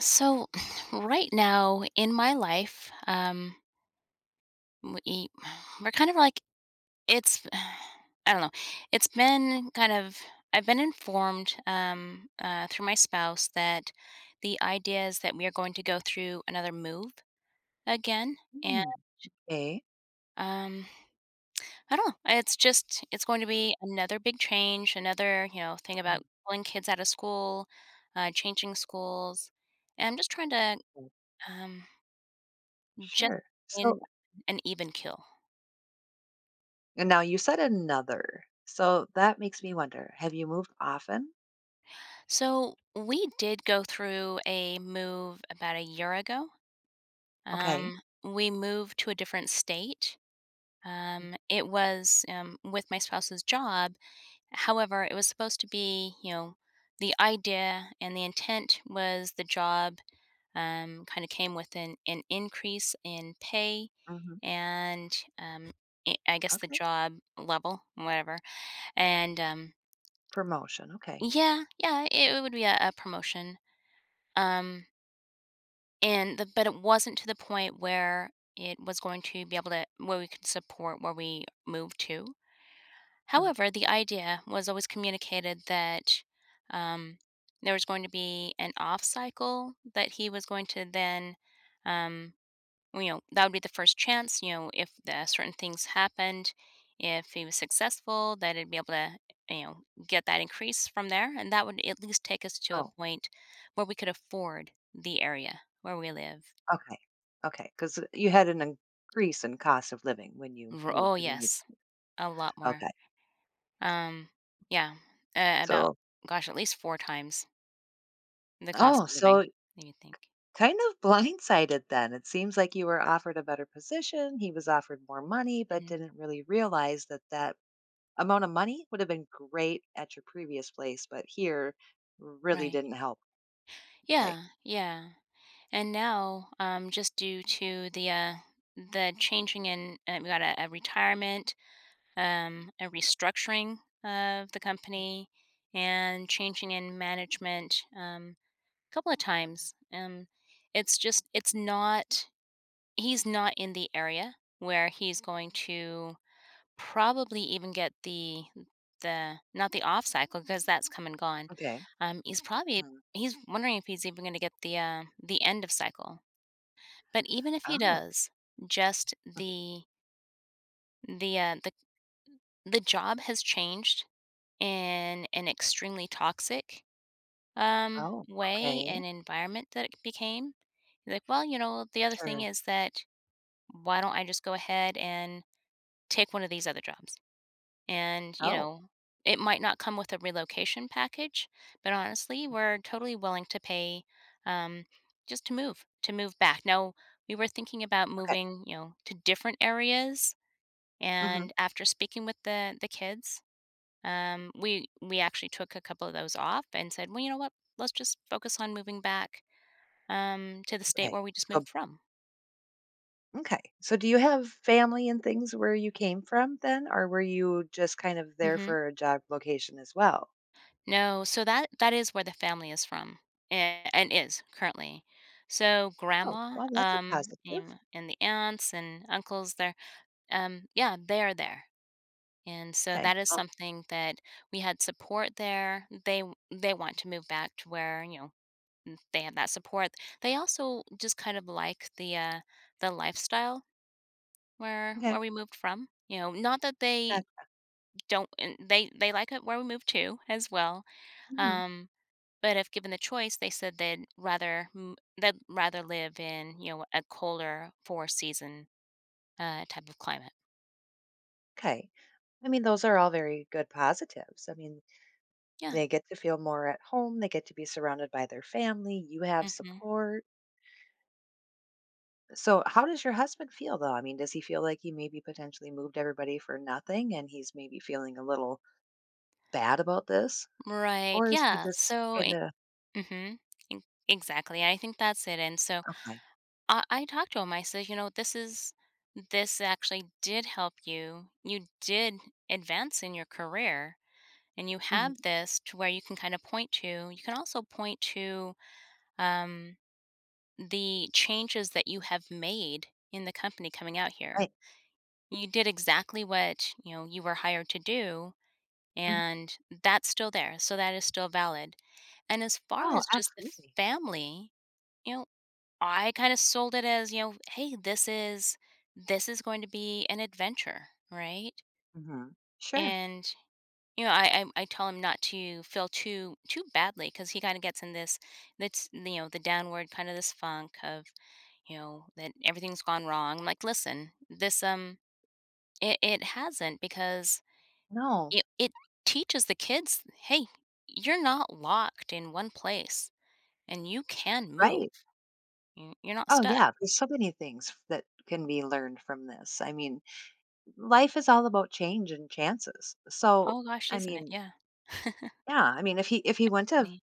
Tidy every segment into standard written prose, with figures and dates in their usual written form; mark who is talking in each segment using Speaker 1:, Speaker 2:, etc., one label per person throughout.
Speaker 1: So, right now in my life, we e, we're kind of like, it's I don't know. It's been kind of, I've been informed through my spouse that the idea is that we are going to go through another move again, and
Speaker 2: Mm. Okay.
Speaker 1: um, I don't know. It's just it's going to be another big change, another thing
Speaker 2: Mm,
Speaker 1: about pulling kids out of school, changing schools, and I'm just trying to.
Speaker 2: oh,
Speaker 1: Um, just
Speaker 2: sure. So
Speaker 1: in an even kill.
Speaker 2: and now you said another, so that makes me wonder, have you moved often?
Speaker 1: So we did go through a move about a year ago.
Speaker 2: Okay.
Speaker 1: We moved to a different state. It was with my spouse's job. However, it was supposed to be, you know, the idea and the intent was the job kind of came with an increase in pay
Speaker 2: Mhm.
Speaker 1: and I guess the
Speaker 2: Okay.
Speaker 1: job level, whatever. And
Speaker 2: Promotion, okay.
Speaker 1: yeah, yeah, it would be a promotion, um, and the but it wasn't to the point where it was going to be able to where we could support where we moved to.
Speaker 2: Mhm.
Speaker 1: However, the idea was always communicated that, um, there was going to be an off cycle that he was going to then, um that would be the first chance if the certain things happened, if he was successful, that it'd be able to you know get that increase from there, and that would at least take us to a
Speaker 2: Oh,
Speaker 1: point where we could afford the area where we live.
Speaker 2: okay. Okay. Because you had an increase in cost of living when you moved
Speaker 1: Oh
Speaker 2: to the new
Speaker 1: yes, a lot more.
Speaker 2: okay.
Speaker 1: um yeah about,
Speaker 2: So
Speaker 1: gosh, at least four times the cost
Speaker 2: oh,
Speaker 1: of living,
Speaker 2: so
Speaker 1: you think.
Speaker 2: kind of blindsided then. It seems like you were offered a better position, he was offered more money, but
Speaker 1: Hmm.
Speaker 2: didn't really realize that that amount of money would have been great at your previous place, but here really
Speaker 1: Right.
Speaker 2: didn't help. Okay.
Speaker 1: Yeah, yeah. And now, just due to the changing in, we got a retirement, a restructuring of the company, and changing in management a couple of times. It's just, it's not, he's not in the area where he's going to probably even get the not the off cycle because that's come and gone.
Speaker 2: Okay.
Speaker 1: He's probably
Speaker 2: Mm.
Speaker 1: he's wondering if he's even going to get the end of cycle, but even if he
Speaker 2: Oh.
Speaker 1: does, just the uh, the the job has changed in an extremely toxic
Speaker 2: Oh.
Speaker 1: way
Speaker 2: Okay.
Speaker 1: and environment that it became. He's like, well, you know, the other thing
Speaker 2: Sure.
Speaker 1: is that why don't I just go ahead and take one of these other jobs? And you
Speaker 2: Oh.
Speaker 1: know, it might not come with a relocation package, but honestly, we're totally willing to pay um, just to move, to move back. Now, we were thinking about
Speaker 2: Okay.
Speaker 1: moving, you know, to different areas.
Speaker 2: Hmm.
Speaker 1: And after speaking with the kids, we actually took a couple of those off and said, "Well, you know what? Let's just focus on moving back to the state
Speaker 2: Okay.
Speaker 1: where we just
Speaker 2: So
Speaker 1: moved from."
Speaker 2: okay. So do you have family and things where you came from then, or were you just kind of there
Speaker 1: Hmm.
Speaker 2: for a job location as well?
Speaker 1: No, so that that is where the family is from and is currently. So
Speaker 2: Oh,
Speaker 1: grandma,
Speaker 2: well, that's a positive.
Speaker 1: and the aunts and uncles, they're yeah, they are there. And so
Speaker 2: Okay.
Speaker 1: that is
Speaker 2: Oh,
Speaker 1: something that we had support there. They want to move back to where you know they have that support. They also just kind of like the lifestyle
Speaker 2: okay.
Speaker 1: where we moved from. You know, not that they
Speaker 2: That,
Speaker 1: don't, and they like it where we moved to as well.
Speaker 2: mhm.
Speaker 1: Um, but if given the choice, they said they'd they'd rather live in you know a colder four season type of climate.
Speaker 2: Okay. I mean, those are all very good positives. I mean,
Speaker 1: Yeah.
Speaker 2: they get to feel more at home, they get to be surrounded by their family, you have
Speaker 1: Hmm.
Speaker 2: support. So how does your husband feel though? I mean, does he feel like he maybe potentially moved everybody for nothing and he's maybe feeling a little bad about this?
Speaker 1: Right.
Speaker 2: Or is he
Speaker 1: Yeah.
Speaker 2: just kinda
Speaker 1: Mm-hmm. E, Exactly. I think that's it. And so
Speaker 2: okay.
Speaker 1: I talked to him. I said, you know, this is this actually did help you. You did advance in your career, and you
Speaker 2: Mhm,
Speaker 1: have this to where you can kind of point to. You can also point to um, the changes that you have made in the company coming out here.
Speaker 2: right.
Speaker 1: You did exactly what you know you were hired to do,
Speaker 2: Mhm.
Speaker 1: and that's still there. So that is still valid. And as far
Speaker 2: Oh,
Speaker 1: as just the
Speaker 2: absolutely.
Speaker 1: family, you know, I kind of sold it as, you know, hey, this is going to be an adventure, right?
Speaker 2: Mhm. Sure.
Speaker 1: And you know, I tell him not to feel too badly because he kind of gets in this that's you know the downward kind of this funk of you know that everything's gone wrong. I'm like, listen, this it, it hasn't because
Speaker 2: No.
Speaker 1: it teaches the kids, hey, you're not locked in one place and you can move.
Speaker 2: Right.
Speaker 1: You- You're not
Speaker 2: Oh,
Speaker 1: stuck.
Speaker 2: yeah, there's so many things that can be learned from this. I mean, life is all about change and chances. So,
Speaker 1: Oh gosh,
Speaker 2: I
Speaker 1: isn't it?
Speaker 2: mean,
Speaker 1: Yeah.
Speaker 2: yeah, I mean, if he went to
Speaker 1: Exactly.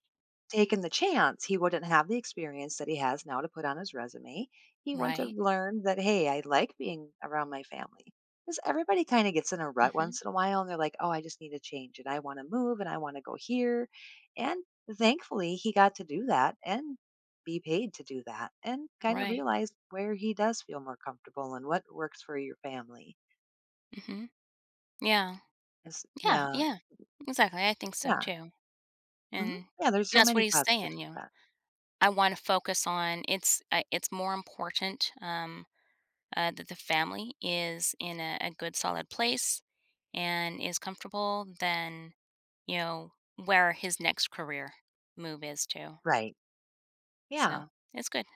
Speaker 2: taken the chance, he wouldn't have the experience that he has now to put on his resume. He wouldn't have
Speaker 1: Right.
Speaker 2: learned that, hey, I like being around my family. Because everybody kind of gets in a rut
Speaker 1: Mhm.
Speaker 2: once in a while and they're like, oh, I just need to change and I want to move and I want to go here. And thankfully, he got to do that and be paid to do that and kind of
Speaker 1: Right.
Speaker 2: realized where he does feel more comfortable and what works for your family.
Speaker 1: Mhm. Yeah.
Speaker 2: It's,
Speaker 1: Yeah,
Speaker 2: yeah.
Speaker 1: yeah. Exactly, I think so
Speaker 2: Yeah.
Speaker 1: too,
Speaker 2: Mhm.
Speaker 1: and
Speaker 2: Yeah. There's so
Speaker 1: that's what
Speaker 2: many
Speaker 1: he's
Speaker 2: positives
Speaker 1: saying,
Speaker 2: to
Speaker 1: you know,
Speaker 2: that.
Speaker 1: I wanna focus on it's more important, that the family is in a good solid place and is comfortable than, you know, where his next career move is too.
Speaker 2: Right. Yeah.
Speaker 1: So, it's good.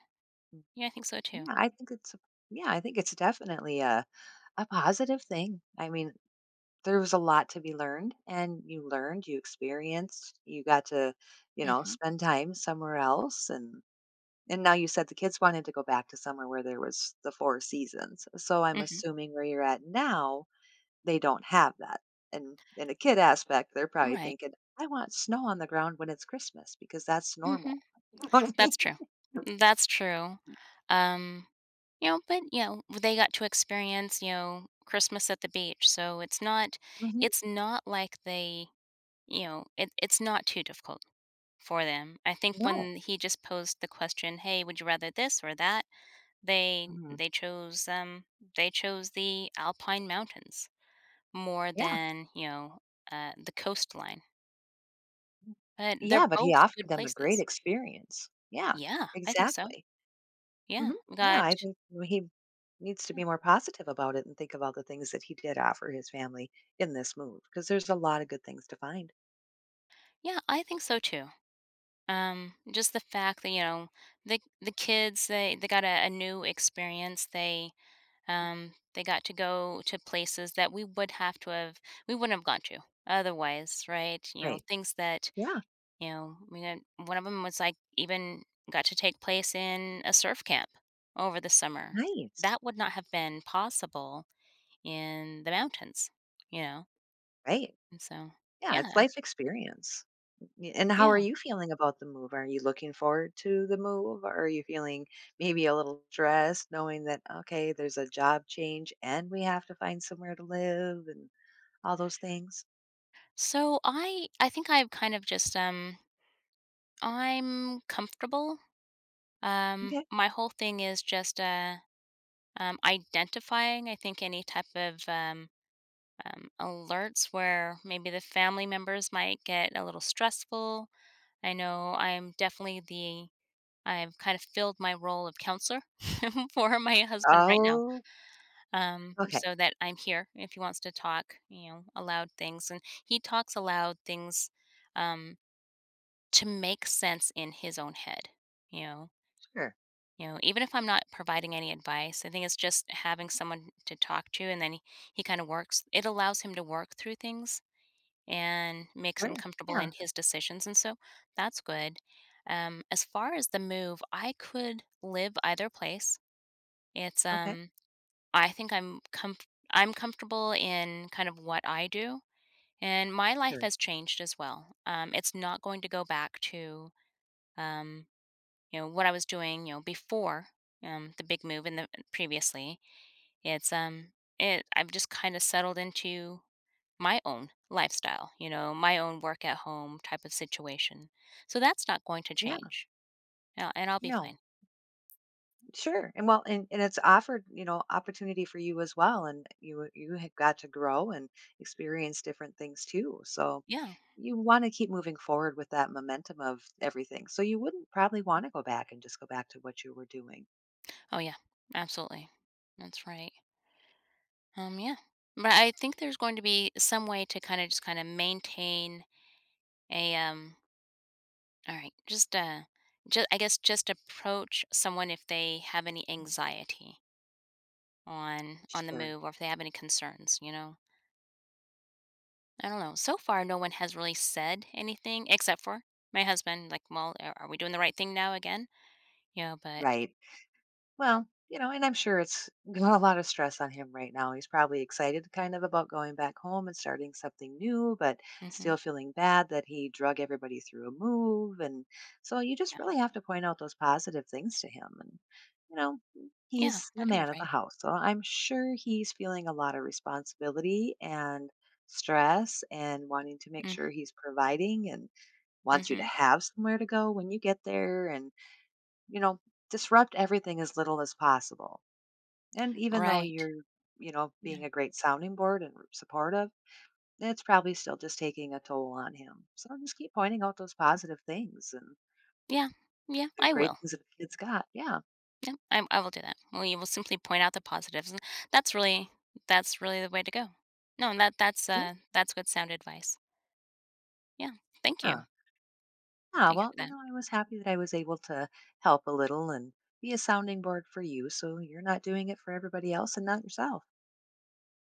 Speaker 1: Yeah, I think so too.
Speaker 2: Yeah, I think it's a yeah, I think it's definitely a positive thing. I mean, there was a lot to be learned and you learned, you experienced, you got to,
Speaker 1: Mhm.
Speaker 2: spend time somewhere else. And now you said the kids wanted to go back to somewhere where there was the four seasons. So I'm
Speaker 1: Mhm.
Speaker 2: assuming where you're at now, they don't have that. And in a kid aspect, they're probably
Speaker 1: Right.
Speaker 2: thinking, I want snow on the ground when it's Christmas because that's normal.
Speaker 1: Mhm.
Speaker 2: You know what I mean?
Speaker 1: That's true. That's true. Um, you know, but you know, they got to experience, you know, Christmas at the beach. So
Speaker 2: Hmm.
Speaker 1: it's not like they, you know, it, it's not too difficult for them. I think
Speaker 2: No.
Speaker 1: when he just posed the question, "Hey, would you rather this or that?" they
Speaker 2: Mhm.
Speaker 1: they chose they chose the Alpine mountains more
Speaker 2: Yeah.
Speaker 1: than, you know, the coastline. But they're
Speaker 2: Yeah, but he
Speaker 1: both
Speaker 2: offered
Speaker 1: good
Speaker 2: them a great
Speaker 1: places.
Speaker 2: experience. Yeah,
Speaker 1: Yeah, I think so.
Speaker 2: exactly. Hmm.
Speaker 1: Yeah. We
Speaker 2: Yeah,
Speaker 1: got.
Speaker 2: I think he needs to be more positive about it and think of all the things that he did offer his family in this move because there's a lot of good things to find.
Speaker 1: Yeah, I think so too. Just the fact that you know the kids they got a new experience. They got to go to places that we would have to have we wouldn't have gone to otherwise, right? You know
Speaker 2: Right.
Speaker 1: things that
Speaker 2: Yeah,
Speaker 1: you know we had, one of them was like even got to take place in a surf camp over the summer.
Speaker 2: nice.
Speaker 1: That would not have been possible in the mountains, you know.
Speaker 2: Right.
Speaker 1: And so
Speaker 2: Yeah,
Speaker 1: yeah,
Speaker 2: it's
Speaker 1: I,
Speaker 2: life experience. And how are
Speaker 1: yeah.
Speaker 2: you feeling about the move? Are you looking forward to the move? Or are you feeling maybe a little stressed knowing that, okay, there's a job change and we have to find somewhere to live and all those things?
Speaker 1: So I think I've kind of just I'm comfortable.
Speaker 2: Okay.
Speaker 1: My whole thing is just identifying, I think, any type of alerts where maybe the family members might get a little stressful. I know I'm definitely the, I've kind of filled my role of counselor for my husband right now.
Speaker 2: Oh, okay.
Speaker 1: So that I'm here if he wants to talk, you know, aloud things. And he talks aloud things um, to make sense in his own head, you know.
Speaker 2: Sure.
Speaker 1: You know, even if I'm not providing any advice, I think it's just having someone to talk to, and then he kind of works it allows him to work through things and makes him
Speaker 2: Sure.
Speaker 1: comfortable
Speaker 2: Yeah.
Speaker 1: in his decisions and so that's good. As far as the move, I could live either place. It's
Speaker 2: Okay.
Speaker 1: I think I'm comfortable in kind of what I do, and my life
Speaker 2: Sure.
Speaker 1: has changed as well. It's not going to go back to um, you know what I was doing, you know, before the big move and the previously. It's um, it I've just kind of settled into my own lifestyle, you know, my own work at home type of situation. So that's not going to
Speaker 2: Yeah.
Speaker 1: change, and I'll be
Speaker 2: No.
Speaker 1: fine.
Speaker 2: Sure. And well, and it's offered, you know, opportunity for you as well. And you have got to grow and experience different things too. So
Speaker 1: Yeah.
Speaker 2: you want to keep moving forward with that momentum of everything. So you wouldn't probably want to go back and just go back to what you were doing.
Speaker 1: Oh yeah, absolutely. That's right. Yeah. But I think there's going to be some way to kind of just kind of maintain a. All right, just I guess just approach someone if they have any
Speaker 2: Mm.
Speaker 1: anxiety on the
Speaker 2: Sure.
Speaker 1: move or if they have any concerns, you know? I don't know. So far, no one has really said anything except for my husband. Like, well, are we doing the right thing now again? You know, but
Speaker 2: Right. Well, you know, and I'm sure it's got a lot of stress on him right now. He's probably excited kind of about going back home and starting something new, but
Speaker 1: hmm
Speaker 2: still feeling bad that he drug everybody through a move. And so you just
Speaker 1: yeah,
Speaker 2: really have to point out those positive things to him. And, you know,
Speaker 1: yeah,
Speaker 2: he's
Speaker 1: I
Speaker 2: the
Speaker 1: think you're
Speaker 2: man of the
Speaker 1: right.
Speaker 2: house. So I'm sure he's feeling a lot of responsibility and stress and wanting to make
Speaker 1: Mm.
Speaker 2: sure he's providing and wants you to
Speaker 1: Mm-hmm.
Speaker 2: have somewhere to go when you get there. And you know, disrupt everything as little as possible. And even though
Speaker 1: Right.
Speaker 2: you're, you know, being
Speaker 1: Yeah.
Speaker 2: a great sounding board and supportive, it's probably still just taking a toll on him. So just keep pointing out those positive things and
Speaker 1: Yeah. Yeah.
Speaker 2: the
Speaker 1: I
Speaker 2: great
Speaker 1: will.
Speaker 2: things that the kid's got. Yeah.
Speaker 1: Yeah. I will do that. Well, you will simply point out the positives. And that's really that's really the way to go. No, and
Speaker 2: Yeah.
Speaker 1: that's good sound advice. Yeah. Thank you.
Speaker 2: Yeah.
Speaker 1: Thank you
Speaker 2: Well,
Speaker 1: for
Speaker 2: you
Speaker 1: that.
Speaker 2: know, I was happy that I was able to help a little and be a sounding board for you. So you're not doing it for everybody else and not yourself.